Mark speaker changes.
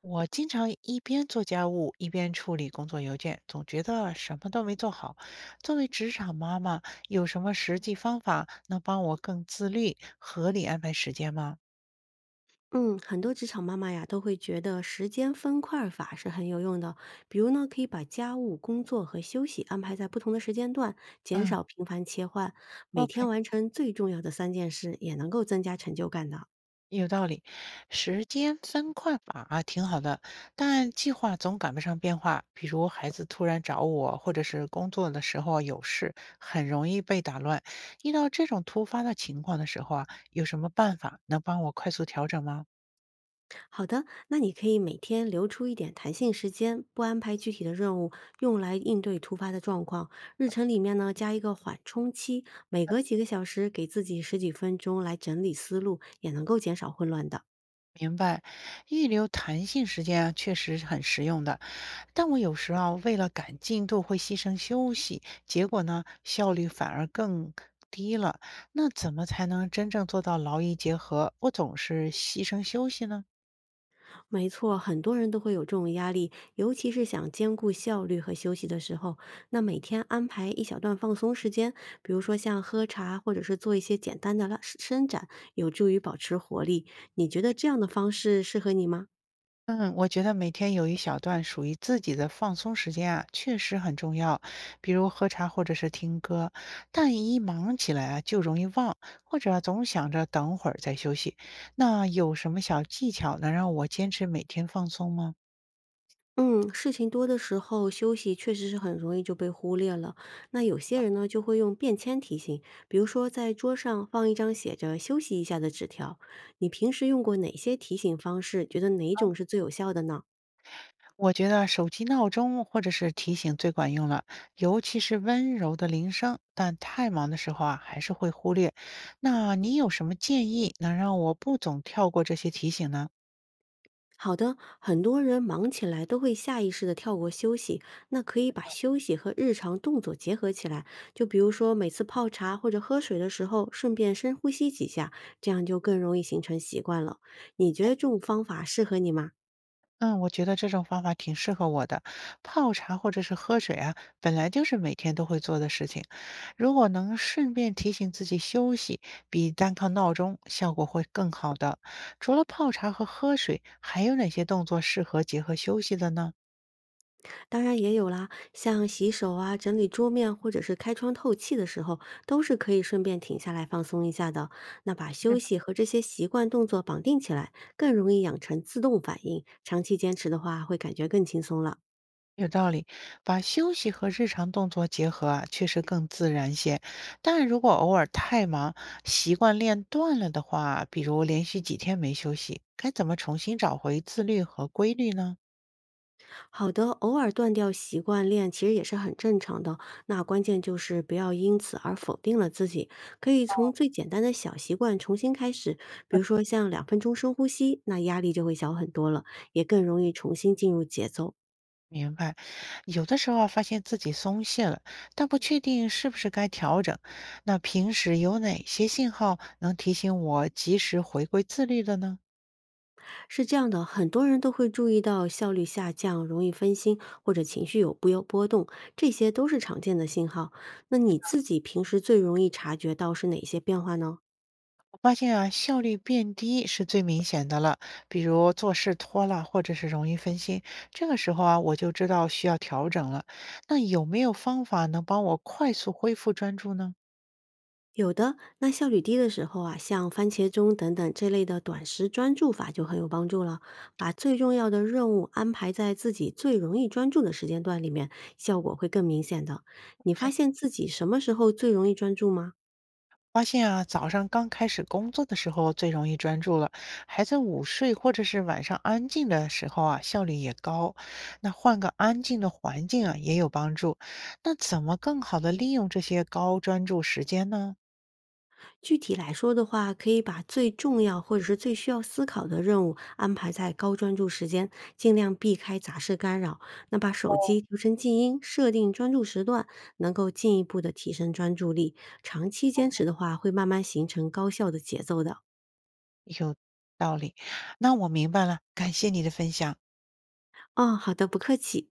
Speaker 1: 我经常一边做家务一边处理工作邮件，总觉得什么都没做好。作为职场妈妈，有什么实际方法能帮我更自律、合理安排时间吗？
Speaker 2: 嗯，很多职场妈妈呀都会觉得时间分块儿法是很有用的。比如呢，可以把家务、工作和休息安排在不同的时间段，减
Speaker 1: 嗯
Speaker 2: 少频繁切换，每天
Speaker 1: ，OK，
Speaker 2: 完成最重要的3件事，也能够增加成就感的。
Speaker 1: 有道理。时间分块法啊，挺好的，但计划总赶不上变化。比如孩子突然找我，或者是工作的时候有事，很容易被打乱。遇到这种突发的情况的时候啊，有什么办法能帮我快速调整吗？
Speaker 2: 好的，那你可以每天留出一点弹性时间，不安排具体的任务，用来应对突发的状况。日程里面呢加一个缓冲期，每隔几个小时给自己十几分钟来整理思路，也能够减少混乱的。
Speaker 1: 明白，预留弹性时间啊，确实是很实用的。但我有时啊，为了赶进度会牺牲休息，结果呢，效率反而更低了。那怎么才能真正做到劳逸结合，不总是牺牲休息呢？
Speaker 2: 没错，很多人都会有这种压力，尤其是想兼顾效率和休息的时候，那每天安排一小段放松时间，比如说像喝茶，或者是做一些简单的拉伸伸展，有助于保持活力。你觉得这样的方式适合你吗？
Speaker 1: 嗯，我觉得每天有一小段属于自己的放松时间啊，确实很重要。比如喝茶或者是听歌，但一忙起来啊，就容易忘，或者啊总想着等会儿再休息。那有什么小技巧能让我坚持每天放松吗？
Speaker 2: 嗯，事情多的时候，休息确实是很容易就被忽略了。那有些人呢，就会用便签提醒，比如说在桌上放一张写着“休息一下”的纸条。你平时用过哪些提醒方式？觉得哪一种是最有效的呢？
Speaker 1: 我觉得手机闹钟或者是提醒最管用了，尤其是温柔的铃声，但太忙的时候啊，还是会忽略。那你有什么建议能让我不总跳过这些提醒呢？
Speaker 2: 好的，很多人忙起来都会下意识的跳过休息，那可以把休息和日常动作结合起来，就比如说每次泡茶或者喝水的时候，顺便深呼吸几下，这样就更容易形成习惯了。你觉得这种方法适合你吗？
Speaker 1: 嗯，我觉得这种方法挺适合我的。泡茶或者是喝水啊，本来就是每天都会做的事情。如果能顺便提醒自己休息，比单靠闹钟效果会更好的。除了泡茶和喝水，还有哪些动作适合结合休息的呢？
Speaker 2: 当然也有啦，像洗手啊、整理桌面或者是开窗透气的时候，都是可以顺便停下来放松一下的。那把休
Speaker 1: 嗯，
Speaker 2: 息和这些习惯动作绑定起来，更容易养成自动反应，长期坚持的话，会感觉更轻松了。
Speaker 1: 有道理，把休息和日常动作结合啊，确实更自然些。但如果偶尔太忙，习惯练断了的话，比如连续几天没休息，该怎么重新找回自律和规律呢？
Speaker 2: 好的，偶尔断掉习惯练其实也是很正常的。那关键就是不要因此而否定了自己，可以从最简单的小习惯重新开始，比如说像2分钟深呼吸，那压力就会小很多了，也更容易重新进入节奏。
Speaker 1: 明白，有的时候啊发现自己松懈了，但不确定是不是该调整。那平时有哪些信号能提醒我及时回归自律的呢？
Speaker 2: 是这样的，很多人都会注意到效率下降、容易分心或者情绪有不由波动，这些都是常见的信号。那你自己平时最容易察觉到是哪些变化呢？
Speaker 1: 我发现啊，效率变低是最明显的了，比如做事拖拉，或者是容易分心。这个时候啊，我就知道需要调整了。那有没有方法能帮我快速恢复专注呢？
Speaker 2: 有的，那效率低的时候啊，像番茄钟等等这类的短时专注法就很有帮助了。把最重要的任务安排在自己最容易专注的时间段里面，效果会更明显的。你发现自己什么时候最容易专注吗？
Speaker 1: 发现啊，早上刚开始工作的时候最容易专注了，孩子午睡或者是晚上安静的时候啊，效率也高。那换个安静的环境啊，也有帮助。那怎么更好的利用这些高专注时间呢？
Speaker 2: 具体来说的话，可以把最重要或者是最需要思考的任务安排在高专注时间，尽量避开杂事干扰。那把手机调成静音，设定专注时段，能够进一步的提升专注力。长期坚持的话，会慢慢形成高效的节奏的。
Speaker 1: 有道理。那我明白了，感谢你的分享。
Speaker 2: 哦，好的，不客气。